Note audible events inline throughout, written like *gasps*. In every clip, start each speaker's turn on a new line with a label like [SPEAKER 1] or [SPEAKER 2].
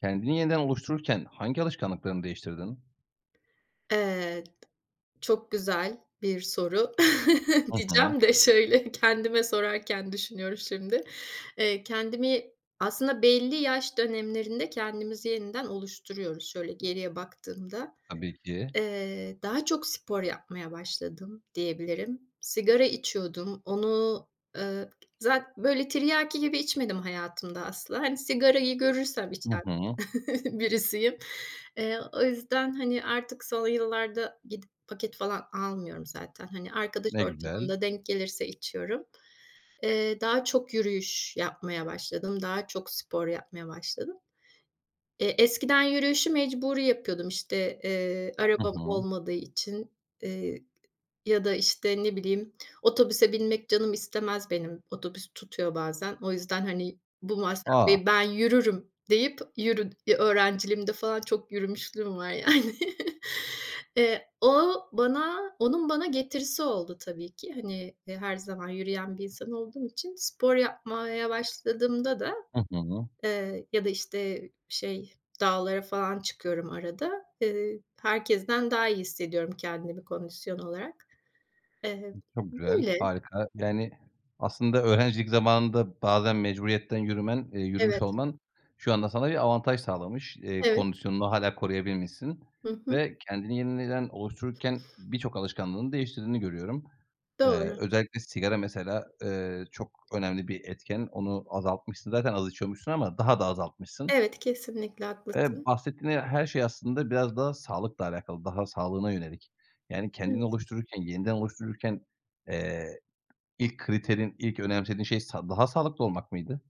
[SPEAKER 1] Kendini yeniden oluştururken hangi alışkanlıklarını değiştirdin?
[SPEAKER 2] Eee, Çok güzel bir soru *laughs*
[SPEAKER 1] Hı hı.
[SPEAKER 2] diyeceğim de şöyle kendime sorarken düşünüyorum şimdi. Kendimi Aslında belli yaş dönemlerinde kendimizi yeniden oluşturuyoruz şöyle geriye baktığımda.
[SPEAKER 1] Tabii ki.
[SPEAKER 2] Daha çok spor yapmaya başladım diyebilirim. Sigara içiyordum. Onu, eee, zat böyle tiryaki gibi içmedim hayatımda asla. Hani, sigarayı görürsem
[SPEAKER 1] Hı
[SPEAKER 2] içen
[SPEAKER 1] hı.
[SPEAKER 2] *laughs* birisiyim. O yüzden, hani, artık son yıllarda gidip paket falan almıyorum zaten. Hani, arkadaş
[SPEAKER 1] Ne güzel.
[SPEAKER 2] ortamında denk gelirse içiyorum. Daha çok yürüyüş yapmaya başladım. Daha çok spor yapmaya başladım. Eskiden yürüyüşü mecburi yapıyordum, işte,
[SPEAKER 1] Hı
[SPEAKER 2] arabam
[SPEAKER 1] hı.
[SPEAKER 2] olmadığı için, eee, ya da, işte, ne bileyim, otobüse binmek canım istemez benim. Otobüs tutuyor bazen. O yüzden, hani, bu
[SPEAKER 1] A!
[SPEAKER 2] masrafı ben yürürüm deyip yürü öğrenciliğimde falan çok yürümüşlüğüm var *laughs* yani. O bana Onun bana getirisi oldu tabii ki. Hani, her zaman yürüyen bir insan olduğum için spor yapmaya başladığımda da.
[SPEAKER 1] Hı hı.
[SPEAKER 2] Ya da, işte, şey, dağlara falan çıkıyorum arada. Herkesten daha iyi hissediyorum kendimi kondisyon olarak. Eee,
[SPEAKER 1] Çok güzel,
[SPEAKER 2] Böyle.
[SPEAKER 1] harika. Yani, aslında öğrencilik zamanında bazen mecburiyetten yürümen, yürümüş
[SPEAKER 2] Evet,
[SPEAKER 1] olman şu anda sana bir avantaj sağlamış.
[SPEAKER 2] evet.
[SPEAKER 1] Kondisyonunu hâlâ koruyabilmişsin
[SPEAKER 2] Hı hı.
[SPEAKER 1] ve kendini yeniden oluştururken birçok alışkanlığını değiştirdiğini görüyorum.
[SPEAKER 2] Doğru.
[SPEAKER 1] Özellikle sigara mesela, çok önemli bir etken. Onu azaltmışsın. Zaten az içiyormuşsun ama daha da azaltmışsın.
[SPEAKER 2] Evet, kesinlikle haklısın.
[SPEAKER 1] Bahsettiğin her şey aslında biraz daha sağlıkla alakalı, daha sağlığına yönelik. Yani kendini
[SPEAKER 2] Evet.
[SPEAKER 1] oluştururken, yeniden oluştururken, eee, ilk önemsediğin şey daha sağlıklı olmak mıydı?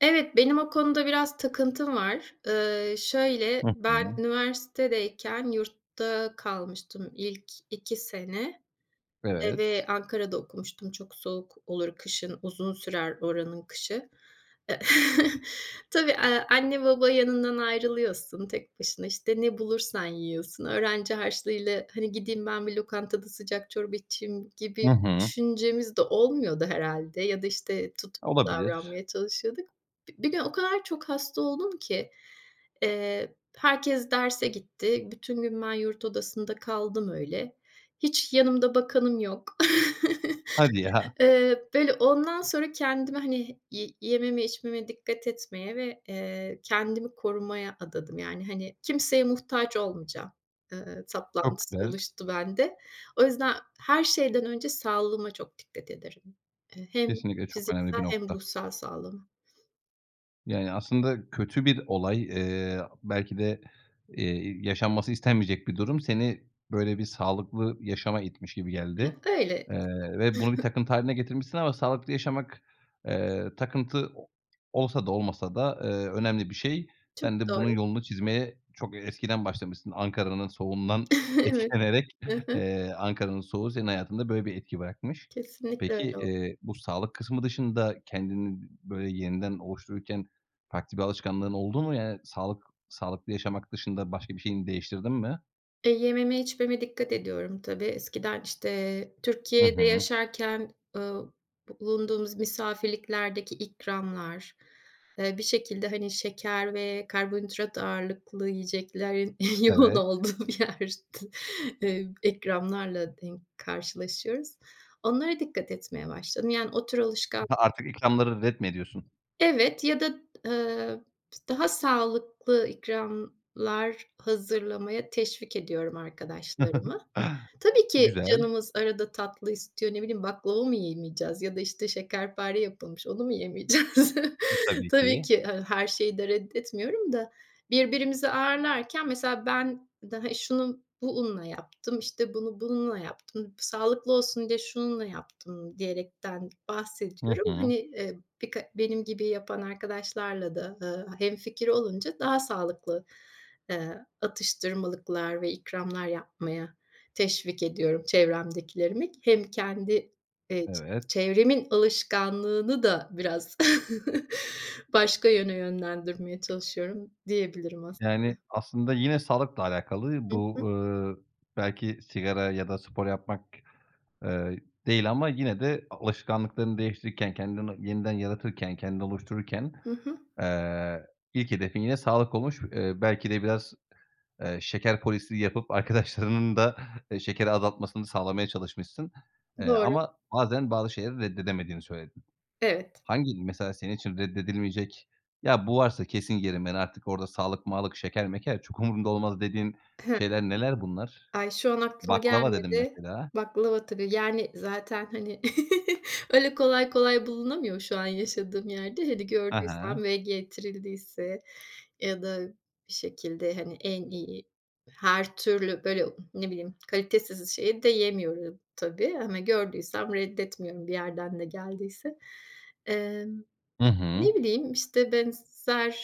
[SPEAKER 2] Evet, benim o konuda biraz takıntım var. Şöyle,
[SPEAKER 1] Hı
[SPEAKER 2] ben
[SPEAKER 1] hı.
[SPEAKER 2] üniversitedeyken yurtta kalmıştım ilk 2 sene,
[SPEAKER 1] Evet.
[SPEAKER 2] ve Ankara'da okumuştum. Çok soğuk olur kışın, uzun sürer oranın kışı. E *laughs* Tabii, anne baba yanından ayrılıyorsun. Tek başına, işte, ne bulursan yiyorsun. Öğrenci harçlığıyla, hani, gideyim ben bir lokantada sıcak çorba içeyim gibi
[SPEAKER 1] Hı hı.
[SPEAKER 2] düşüncemiz de olmuyordu herhâlde ya da, işte, tutuklu
[SPEAKER 1] Olabilir.
[SPEAKER 2] davranmaya çalışıyorduk. Bir gün o kadar çok hasta oldum ki, herkes derse gitti. Bütün gün ben yurt odasında kaldım öyle. Hiç yanımda bakanım yok.
[SPEAKER 1] Hadi ya,
[SPEAKER 2] Böyle, ondan sonra kendimi, hani, yememe, içmeme dikkat etmeye ve, kendimi korumaya adadım. Yani, hani, kimseye muhtaç olmayacağım,
[SPEAKER 1] çok
[SPEAKER 2] saplantısı
[SPEAKER 1] güzel.
[SPEAKER 2] oluştu bende. O yüzden her şeyden önce sağlığıma çok dikkat ederim. Hem
[SPEAKER 1] Kesinlikle çok önemli
[SPEAKER 2] fiziksel
[SPEAKER 1] bir
[SPEAKER 2] hem
[SPEAKER 1] nokta.
[SPEAKER 2] ruhsal sağlığıma.
[SPEAKER 1] Yani, aslında kötü bir olay, belki de, yaşanması istenmeyecek bir durum seni böyle bir sağlıklı yaşama itmiş gibi geldi,
[SPEAKER 2] Öyle,
[SPEAKER 1] eee, ve bunu bir takıntı hâline getirmişsin ama sağlıklı yaşamak, takıntı o olsa da olmasa da, önemli bir şey.
[SPEAKER 2] çok
[SPEAKER 1] Sen de bunun
[SPEAKER 2] doğru.
[SPEAKER 1] yolunu çizmeye çok eskiden başlamışsın. Ankara'nın soğuğundan *laughs*
[SPEAKER 2] *laughs* Evet.
[SPEAKER 1] etkilenerek,
[SPEAKER 2] Hı hı.
[SPEAKER 1] Ankara'nın soğuğu senin hayatında böyle bir etki bırakmış.
[SPEAKER 2] Kesinlikle
[SPEAKER 1] Peki,
[SPEAKER 2] öyle.
[SPEAKER 1] bu sağlık kısmı dışında kendini böyle yeniden oluştururken, farklı bir alışkanlığın oldu mu? Yani sağlıklı yaşamak dışında başka bir şeyini değiştirdin mi?
[SPEAKER 2] Yememe içmeme dikkat ediyorum tabii. Eskiden, işte,
[SPEAKER 1] Hı
[SPEAKER 2] Türkiye'de
[SPEAKER 1] hı.
[SPEAKER 2] yaşarken, bulunduğumuz misafirliklerdeki ikramlar, bir şekilde, hani, şeker ve karbonhidrat ağırlıklı yiyeceklerin *laughs* yoğun
[SPEAKER 1] Evet.
[SPEAKER 2] olduğu bir yerde, ikramlarla denk karşılaşıyoruz. Onlara dikkat etmeye başladım. Yani o tür alışkan.
[SPEAKER 1] Ha, artık ikramları ret mi ediyorsun?
[SPEAKER 2] Evet ya da, eee, daha sağlıklı ikramlar hazırlamaya teşvik ediyorum arkadaşlarımı.
[SPEAKER 1] *laughs*
[SPEAKER 2] Tabii ki
[SPEAKER 1] Güzel.
[SPEAKER 2] canımız arada tatlı istiyor. Ne bileyim, baklava mı yemeyeceğiz ya da, işte, şekerpare yapılmış, onu mu yemeyeceğiz? *laughs*
[SPEAKER 1] Tabii
[SPEAKER 2] Tabii
[SPEAKER 1] ki.
[SPEAKER 2] ki, hani, her şeyi de reddetmiyorum da birbirimizi ağırlarken mesela ben daha şunu bu unla yaptım, işte, bunu bununla yaptım, sağlıklı olsun diye şununla yaptım diyerekten
[SPEAKER 1] Hı
[SPEAKER 2] bahsediyorum.
[SPEAKER 1] hı.
[SPEAKER 2] Hani, birka benim gibi yapan arkadaşlarla da, hemfikir olunca daha sağlıklı, atıştırmalıklar ve ikramlar yapmaya teşvik ediyorum çevremdekilerimi. Hem kendi, ç
[SPEAKER 1] Evet.
[SPEAKER 2] çevremin alışkanlığını da biraz *laughs* başka yöne yönlendirmeye çalışıyorum diyebilirim aslında.
[SPEAKER 1] Yani aslında yine sağlıkla alakalı.
[SPEAKER 2] Hı
[SPEAKER 1] Bu,
[SPEAKER 2] hı.
[SPEAKER 1] belki sigara ya da spor yapmak, eee, değil ama yine de alışkanlıklarını değiştirirken, kendini yeniden yaratırken, kendini oluştururken,
[SPEAKER 2] Hı hı.
[SPEAKER 1] eee, ilk hedefin yine sağlık olmuş. Belki de biraz şeker polisliği yapıp *laughs* arkadaşlarının da, şekeri azaltmasını sağlamaya çalışmışsın.
[SPEAKER 2] Doğru.
[SPEAKER 1] Ama bazen bazı şeyleri reddedemediğini söyledin.
[SPEAKER 2] Evet.
[SPEAKER 1] Hangi mesela senin için reddedilmeyecek, "Ya, bu varsa kesin yerim ben artık orada sağlık mağlık, şeker meker çok umurumda olmaz." dediğin
[SPEAKER 2] Hı
[SPEAKER 1] şeyler neler bunlar?
[SPEAKER 2] Ay, şu an aklıma
[SPEAKER 1] Baklava dedin
[SPEAKER 2] gelmedi.
[SPEAKER 1] mesela.
[SPEAKER 2] Baklava tabii. Yani, zaten, hani, *laughs* öyle kolay kolay bulunamıyor şu an yaşadığım yerde. Hele
[SPEAKER 1] Hı hı.
[SPEAKER 2] gördüysem ve getirildiyse ya da bir şekilde, hani, en iyi her türlü, böyle, ne bileyim, kalitesiz şeyi de yemiyorum tabii ama gördüysem reddetmiyorum bir yerden de geldiyse. Emm,
[SPEAKER 1] Hı hı.
[SPEAKER 2] Ne bileyim, işte, benzer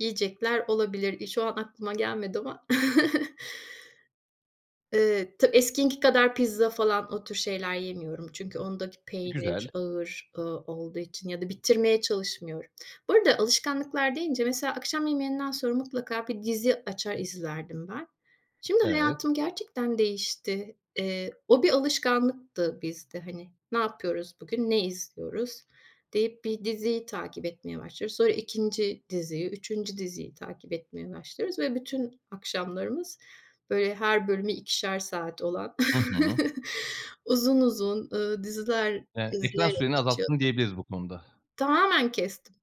[SPEAKER 2] yiyecekler olabilir. Şu an aklıma gelmedi ama. *laughs* Ta eskininki kadar pizza falan o tür şeyler yemiyorum. Çünkü ondaki peynir
[SPEAKER 1] Güzel.
[SPEAKER 2] ağır, olduğu için ya da bitirmeye çalışmıyorum. Bu arada alışkanlıklar deyince mesela akşam yemeğinden sonra mutlaka bir dizi açar izlerdim ben. Şimdi
[SPEAKER 1] Evet.
[SPEAKER 2] hayatım gerçekten değişti. O bir alışkanlıktı bizde, hani, "Ne yapıyoruz bugün, ne izliyoruz?" deyip bir diziyi takip etmeye başlıyoruz. Sonra ikinci diziyi, üçüncü diziyi takip etmeye başlıyoruz ve bütün akşamlarımız böyle her bölümü 2'şer saat olan
[SPEAKER 1] Hı hı.
[SPEAKER 2] *laughs* uzun uzun, diziler
[SPEAKER 1] Ekran
[SPEAKER 2] izleyerek
[SPEAKER 1] süreni
[SPEAKER 2] geçiyor.
[SPEAKER 1] azalttın diyebiliriz bu konuda.
[SPEAKER 2] Tamamen kestim.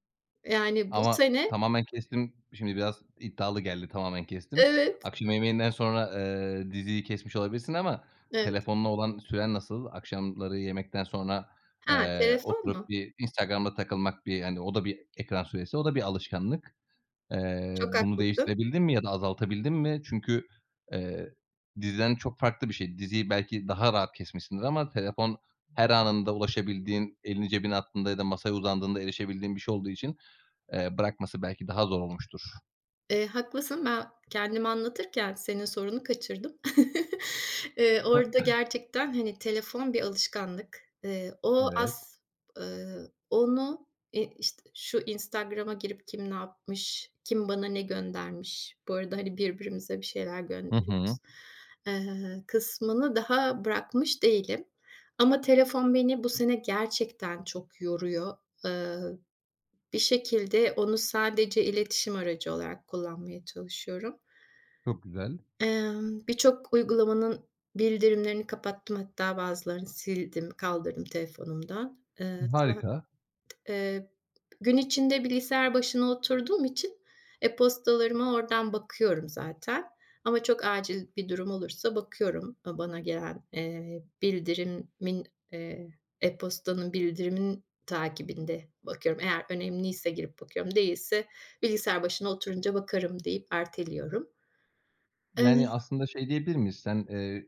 [SPEAKER 2] Yani bu
[SPEAKER 1] Ama
[SPEAKER 2] sene.
[SPEAKER 1] tamamen kestim. Şimdi biraz iddialı geldi tamamen kestim.
[SPEAKER 2] Evet,
[SPEAKER 1] Akşam yemeğinden sonra, diziyi kesmiş olabilirsin ama
[SPEAKER 2] evet.
[SPEAKER 1] telefonla olan süren nasıl? Akşamları yemekten sonra,
[SPEAKER 2] Ha, telefon mu?
[SPEAKER 1] oturup bir Instagram'da takılmak bir, hani, o da bir ekran süresi, o da bir alışkanlık.
[SPEAKER 2] Çok
[SPEAKER 1] Bunu
[SPEAKER 2] haklısın.
[SPEAKER 1] değiştirebildin mi ya da azaltabildin mi? Çünkü, eee, diziden çok farklı bir şey. Diziyi belki daha rahat kesmişsindir ama telefon her anında ulaşabildiğin, elini cebine attığında ya da masaya uzandığında erişebildiğin bir şey olduğu için bırakması belki daha zor olmuştur.
[SPEAKER 2] Haklısın. Ben kendimi anlatırken senin sorunu kaçırdım. *laughs* Orada gerçekten, hani, telefon bir alışkanlık. O
[SPEAKER 1] Evet.
[SPEAKER 2] as eee, onu, e, işte, şu Instagram'a girip kim ne yapmış, kim bana ne göndermiş, bu arada, hani, birbirimize bir şeyler
[SPEAKER 1] Hı hı.
[SPEAKER 2] gönderiyoruz, kısmını daha bırakmış değilim. Ama telefon beni bu sene gerçekten çok yoruyor. Eee Bir şekilde onu sadece iletişim aracı olarak kullanmaya çalışıyorum.
[SPEAKER 1] Çok güzel.
[SPEAKER 2] Birçok uygulamanın bildirimlerini kapattım hatta bazılarını sildim, kaldırdım telefonumdan. Sa
[SPEAKER 1] Harika.
[SPEAKER 2] Eee, Gün içinde bilgisayar başına oturduğum için e-postalarıma oradan bakıyorum zaten ama çok acil bir durum olursa bakıyorum, bana gelen, bildirimin, eee, e-postanın bildirimin takibinde bakıyorum. Eğer önemliyse girip bakıyorum, değilse bilgisayar başına oturunca bakarım deyip erteliyorum. Eee,
[SPEAKER 1] Yani, aslında şey diyebilir miyiz? Sen,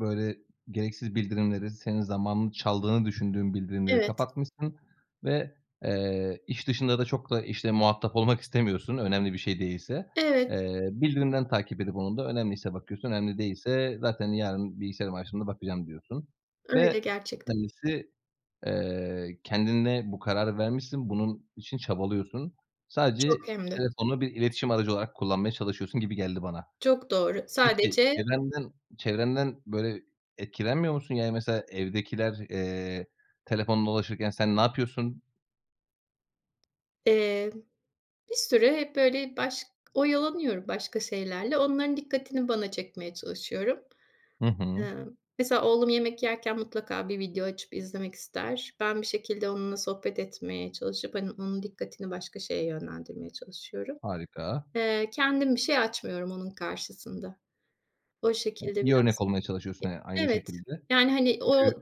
[SPEAKER 1] böyle gereksiz bildirimleri, senin zamanını çaldığını düşündüğün bildirimleri
[SPEAKER 2] evet,
[SPEAKER 1] kapatmışsın ve, iş dışında da çok da, işte, muhatap olmak istemiyorsun önemli bir şey değilse.
[SPEAKER 2] evet,
[SPEAKER 1] Bildirimden takip edip onun da önemliyse bakıyorsun, önemli değilse zaten yarın bilgisayarımı açtığımda bakacağım diyorsun ve
[SPEAKER 2] öyle gerçekten.
[SPEAKER 1] önemlisi kendinle bu kararı vermişsin, bunun için çabalıyorsun. Sadece
[SPEAKER 2] Çok hem de.
[SPEAKER 1] telefonu bir iletişim aracı olarak kullanmaya çalışıyorsun gibi geldi bana.
[SPEAKER 2] Çok doğru.
[SPEAKER 1] Peki
[SPEAKER 2] Sadece,
[SPEAKER 1] çevrenden, böyle, etkilenmiyor musun? Yani, mesela evdekiler, telefonla dolaşırken sen ne yapıyorsun?
[SPEAKER 2] eee bir süre hep böyle oyalanıyorum başka şeylerle. Onların dikkatini bana çekmeye çalışıyorum.
[SPEAKER 1] Hı hı.
[SPEAKER 2] Eee, Mesela oğlum yemek yerken mutlaka bir video açıp izlemek ister. Ben bir şekilde onunla sohbet etmeye çalışıp, hani, onun dikkatini başka şeye yönlendirmeye çalışıyorum.
[SPEAKER 1] Harika.
[SPEAKER 2] Kendim bir şey açmıyorum onun karşısında. O
[SPEAKER 1] Ya,
[SPEAKER 2] şekilde
[SPEAKER 1] iyi örnek
[SPEAKER 2] biraz.
[SPEAKER 1] olmaya çalışıyorsun, aynı
[SPEAKER 2] Evet.
[SPEAKER 1] şekilde.
[SPEAKER 2] Yani, hani, o
[SPEAKER 1] Çünkü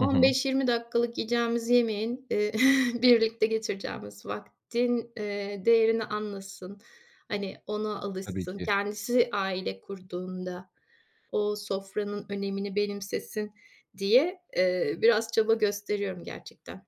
[SPEAKER 1] Hı hı.
[SPEAKER 2] dakikalık yiyeceğimiz yemeğin, *laughs* birlikte geçireceğimiz vaktin, değerini anlasın. Hani, ona
[SPEAKER 1] Tabii
[SPEAKER 2] alışsın.
[SPEAKER 1] ki.
[SPEAKER 2] Kendisi aile kurduğunda o sofranın önemini benimsesin diye, biraz çaba gösteriyorum gerçekten.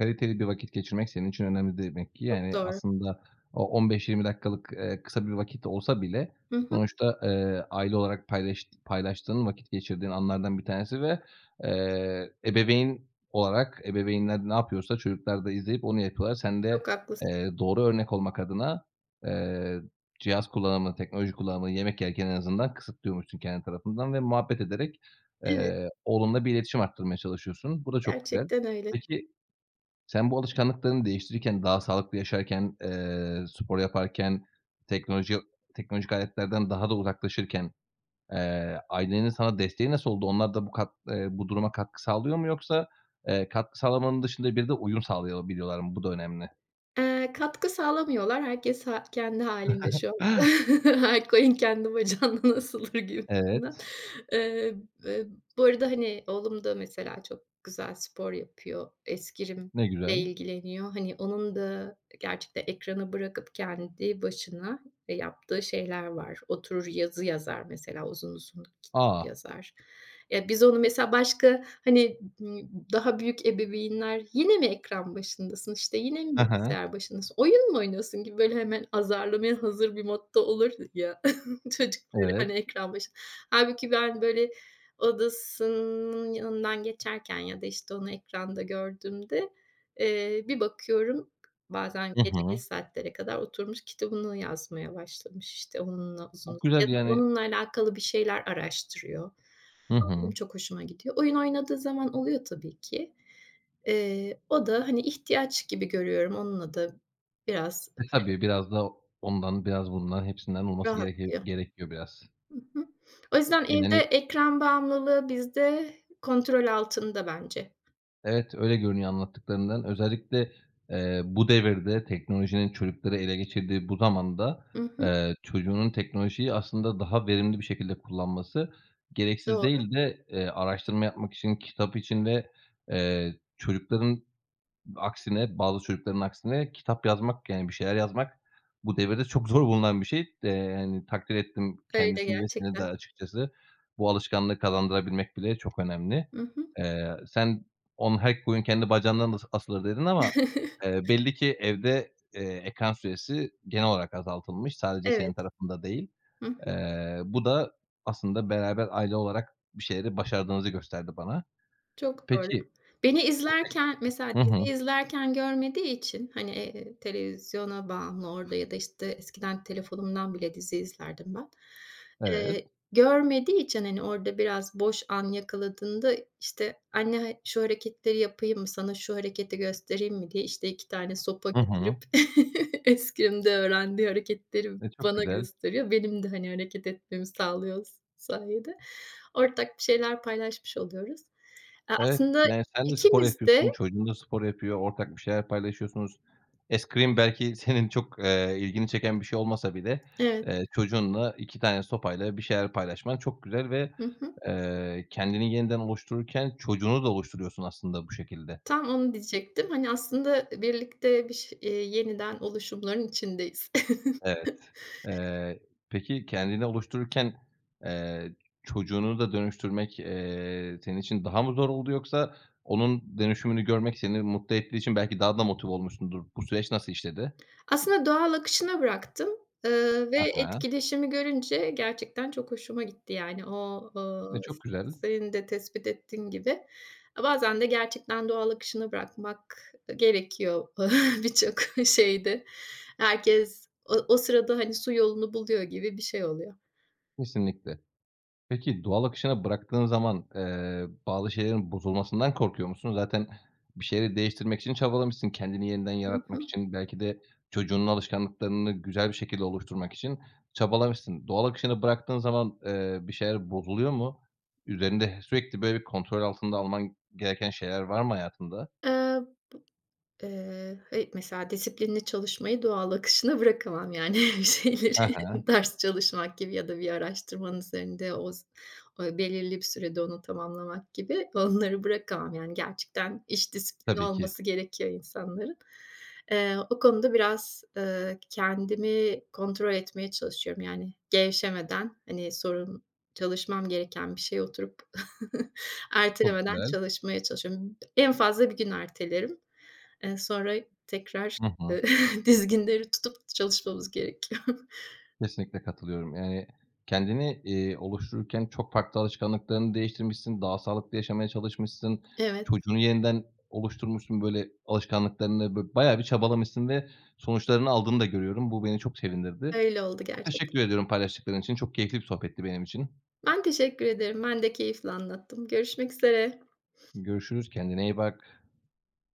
[SPEAKER 1] Kaliteli bir vakit geçirmek senin için önemli demek ki.
[SPEAKER 2] Çok
[SPEAKER 1] Yani,
[SPEAKER 2] doğru.
[SPEAKER 1] aslında o 15-20 dakikalık, kısa bir vakit olsa bile
[SPEAKER 2] Hı hı,
[SPEAKER 1] sonuçta, aile olarak paylaştığın, vakit geçirdiğin anlardan bir tanesi ve, ebeveyn olarak ebeveynler ne yapıyorsa çocuklar da izleyip onu yapıyorlar. Sen de,
[SPEAKER 2] çok haklısın.
[SPEAKER 1] doğru örnek olmak adına, eee, cihaz kullanımını, teknoloji kullanımını yemek yerken en azından kısıtlıyormuşsun kendi tarafından ve muhabbet ederek,
[SPEAKER 2] Evet,
[SPEAKER 1] oğlunla bir iletişim arttırmaya çalışıyorsun. Bu da çok güzel.
[SPEAKER 2] gerçekten öyle.
[SPEAKER 1] Peki sen bu alışkanlıklarını değiştirirken, daha sağlıklı yaşarken, spor yaparken, teknoloji teknolojik aletlerden daha da uzaklaşırken, ailenin sana desteği nasıl oldu? Onlar da bu duruma katkı sağlıyor mu yoksa, katkı sağlamanın dışında bir de uyum sağlayabiliyorlar mı? Bu da önemli.
[SPEAKER 2] Katkı sağlamıyorlar. Herkes ha kendi hâlinde şu anda.
[SPEAKER 1] *gasps*
[SPEAKER 2] *laughs* Her koyun kendi bacağından asılır gibisinden.
[SPEAKER 1] Evet,
[SPEAKER 2] Eee, eee, Bu arada, hani, oğlum da mesela çok güzel spor yapıyor. Eskirimle
[SPEAKER 1] ne güzel.
[SPEAKER 2] ilgileniyor. Hani, onun da gerçekten ekranı bırakıp kendi başına, yaptığı şeyler var. Oturur yazı yazar mesela, uzun uzun kitap
[SPEAKER 1] A!
[SPEAKER 2] yazar. Ya, biz onu mesela başka, hani, daha büyük ebeveynler "Yine mi ekran başındasın, işte, yine mi
[SPEAKER 1] Hı hı.
[SPEAKER 2] bilgisayar başındasın, oyun mu oynuyorsun?" gibi böyle hemen azarlamaya hazır bir modda olur ya *laughs* çocukları, hani,
[SPEAKER 1] Evet.
[SPEAKER 2] ekran başı. Hâlbuki ben böyle odasının yanından geçerken ya da, işte, onu ekranda gördüğümde, bir bakıyorum bazen
[SPEAKER 1] Hı
[SPEAKER 2] gece geç
[SPEAKER 1] hı.
[SPEAKER 2] saatlere kadar oturmuş kitabını yazmaya başlamış, işte, onunla uzun
[SPEAKER 1] Çok
[SPEAKER 2] ya
[SPEAKER 1] güzel
[SPEAKER 2] da
[SPEAKER 1] yani.
[SPEAKER 2] onunla alakalı bir şeyler araştırıyor.
[SPEAKER 1] Hı
[SPEAKER 2] Benim
[SPEAKER 1] hı.
[SPEAKER 2] çok hoşuma gidiyor. Oyun oynadığı zaman oluyor tabii ki. O da, hani, ihtiyaç gibi görüyorum. Onunla da biraz
[SPEAKER 1] E, tabii biraz da ondan, biraz bundan, hepsinden olması gereki
[SPEAKER 2] rahatlıyor.
[SPEAKER 1] gerekiyor biraz.
[SPEAKER 2] Hı hı. O yüzden evde
[SPEAKER 1] Yani
[SPEAKER 2] ekran bağımlılığı bizde kontrol altında bence.
[SPEAKER 1] evet, öyle görünüyor anlattıklarından. Özellikle, bu devirde teknolojinin çocukları ele geçirdiği bu zamanda,
[SPEAKER 2] Hı hı.
[SPEAKER 1] çocuğunun teknolojiyi aslında daha verimli bir şekilde kullanması gereksiz
[SPEAKER 2] Doğru.
[SPEAKER 1] değil de, araştırma yapmak için, kitap için ve, çocukların Aksine bazı çocukların aksine kitap yazmak, yani bir şeyler yazmak bu devirde çok zor bulunan bir şey. Yani takdir ettim
[SPEAKER 2] Öyle
[SPEAKER 1] kendisini ve seni de
[SPEAKER 2] gerçekten.
[SPEAKER 1] açıkçası. Bu alışkanlığı kazandırabilmek bile çok önemli.
[SPEAKER 2] Hı hı.
[SPEAKER 1] Sen Her koyun kendi bacağından asılır." dedin ama,
[SPEAKER 2] *laughs*
[SPEAKER 1] belli ki evde, ekran süresi genel olarak azaltılmış. Sadece senin
[SPEAKER 2] Evet.
[SPEAKER 1] tarafında değil.
[SPEAKER 2] Hı hı.
[SPEAKER 1] Bu da aslında beraber aile olarak bir şeyleri başardığınızı gösterdi bana.
[SPEAKER 2] Çok doğru.
[SPEAKER 1] Peki
[SPEAKER 2] Beni
[SPEAKER 1] bu
[SPEAKER 2] izlerken mesela
[SPEAKER 1] Hı hı.
[SPEAKER 2] dizi izlerken görmediği için, hani, televizyona bağımlı orada ya da, işte, eskiden telefonumdan bile dizi izlerdim ben.
[SPEAKER 1] Evet.
[SPEAKER 2] Görmediği için, hani, orada biraz boş an yakaladığında, işte, "Anne, ha şu hareketleri yapayım mı, sana şu hareketi göstereyim mi?" diye, işte, 2 tane sopa
[SPEAKER 1] Hı hı.
[SPEAKER 2] getirip *laughs* eskrimde öğrendiği hareketleri
[SPEAKER 1] E, çok
[SPEAKER 2] bana
[SPEAKER 1] güzel.
[SPEAKER 2] gösteriyor. Benim de, hani, hareket etmemi sağlıyor o sayede. Ortak bir şeyler paylaşmış oluyoruz.
[SPEAKER 1] Evet,
[SPEAKER 2] Aslında
[SPEAKER 1] yani sen de spor
[SPEAKER 2] ikimiz
[SPEAKER 1] yapıyorsun,
[SPEAKER 2] de.
[SPEAKER 1] çocuğun da spor yapıyor, ortak bir şeyler paylaşıyorsunuz. Eskrim belki *laughs* senin çok, ilgini çeken bir şey olmasa bile,
[SPEAKER 2] Evet.
[SPEAKER 1] çocuğunla 2 tane sopayla bir şeyler paylaşman çok güzel ve,
[SPEAKER 2] Hı hı.
[SPEAKER 1] kendini yeniden oluştururken çocuğunu da oluşturuyorsun aslında bu şekilde.
[SPEAKER 2] Tam onu diyecektim. Hani, aslında birlikte bir ş yeniden oluşumların içindeyiz.
[SPEAKER 1] Evet. Eee, peki kendini oluştururken, eee, çocuğunu da dönüştürmek, senin için daha mı zor oldu yoksa onun dönüşümünü görmek seni mutlu ettiği için belki daha da motive olmuşsundur. Bu süreç nasıl işledi?
[SPEAKER 2] Aslında doğal akışına bıraktım, ve
[SPEAKER 1] Aha,
[SPEAKER 2] etkileşimi görünce gerçekten çok hoşuma gitti. Yani o,
[SPEAKER 1] ne çok güzel.
[SPEAKER 2] senin de tespit ettiğin gibi, bazen de gerçekten doğal akışına bırakmak gerekiyor *laughs* birçok şeyde. Herkes o sırada, hani, su yolunu buluyor gibi bir şey oluyor.
[SPEAKER 1] Kesinlikle. Peki, doğal akışına bıraktığın zaman, bazı şeylerin bozulmasından korkuyor musun? Zaten bir şeyleri değiştirmek için çabalamışsın, kendini yeniden
[SPEAKER 2] Hı
[SPEAKER 1] yaratmak
[SPEAKER 2] hı.
[SPEAKER 1] için, belki de çocuğunun alışkanlıklarını güzel bir şekilde oluşturmak için çabalamışsın. Doğal akışına bıraktığın zaman, bir şeyler bozuluyor mu? Üzerinde sürekli böyle bir kontrol altında alman gereken şeyler var mı hayatında?
[SPEAKER 2] Eee he, mesela disiplinli çalışmayı doğal akışına bırakamam yani *laughs* bir
[SPEAKER 1] He
[SPEAKER 2] şeyleri
[SPEAKER 1] he,
[SPEAKER 2] ders çalışmak gibi ya da bir araştırmanın üzerinde oz belirli bir sürede onu tamamlamak gibi onları bırakamam. Yani gerçekten iş disiplini
[SPEAKER 1] tabii ki.
[SPEAKER 2] olması gerekiyor insanların. O konuda biraz, kendimi kontrol etmeye çalışıyorum. Yani gevşemeden, hani, sorun çalışmam gereken bir şeye oturup *laughs*
[SPEAKER 1] Çok
[SPEAKER 2] ertelemeden
[SPEAKER 1] güzel.
[SPEAKER 2] çalışmaya çalışıyorum. En fazla bir gün ertelerim. Sonra tekrar,
[SPEAKER 1] Hı hı.
[SPEAKER 2] eee, *laughs* dizginleri tutup çalışmamız gerekiyor. *laughs*
[SPEAKER 1] Kesinlikle katılıyorum. Yani, kendini, oluştururken çok farklı alışkanlıklarını değiştirmişsin, daha sağlıklı yaşamaya çalışmışsın,
[SPEAKER 2] Evet,
[SPEAKER 1] çocuğunu yeniden oluşturmuşsun, böyle, alışkanlıklarını bayağı bir çabalamışsın ve sonuçlarını aldığını da görüyorum. Bu beni çok sevindirdi.
[SPEAKER 2] öyle oldu
[SPEAKER 1] Çok
[SPEAKER 2] gerçekten.
[SPEAKER 1] teşekkür ediyorum paylaştıkların için. Çok keyifli bir sohbetti benim için.
[SPEAKER 2] Ben teşekkür ederim. Ben de keyifle anlattım. Görüşmek üzere.
[SPEAKER 1] Görüşürüz, kendine iyi bak.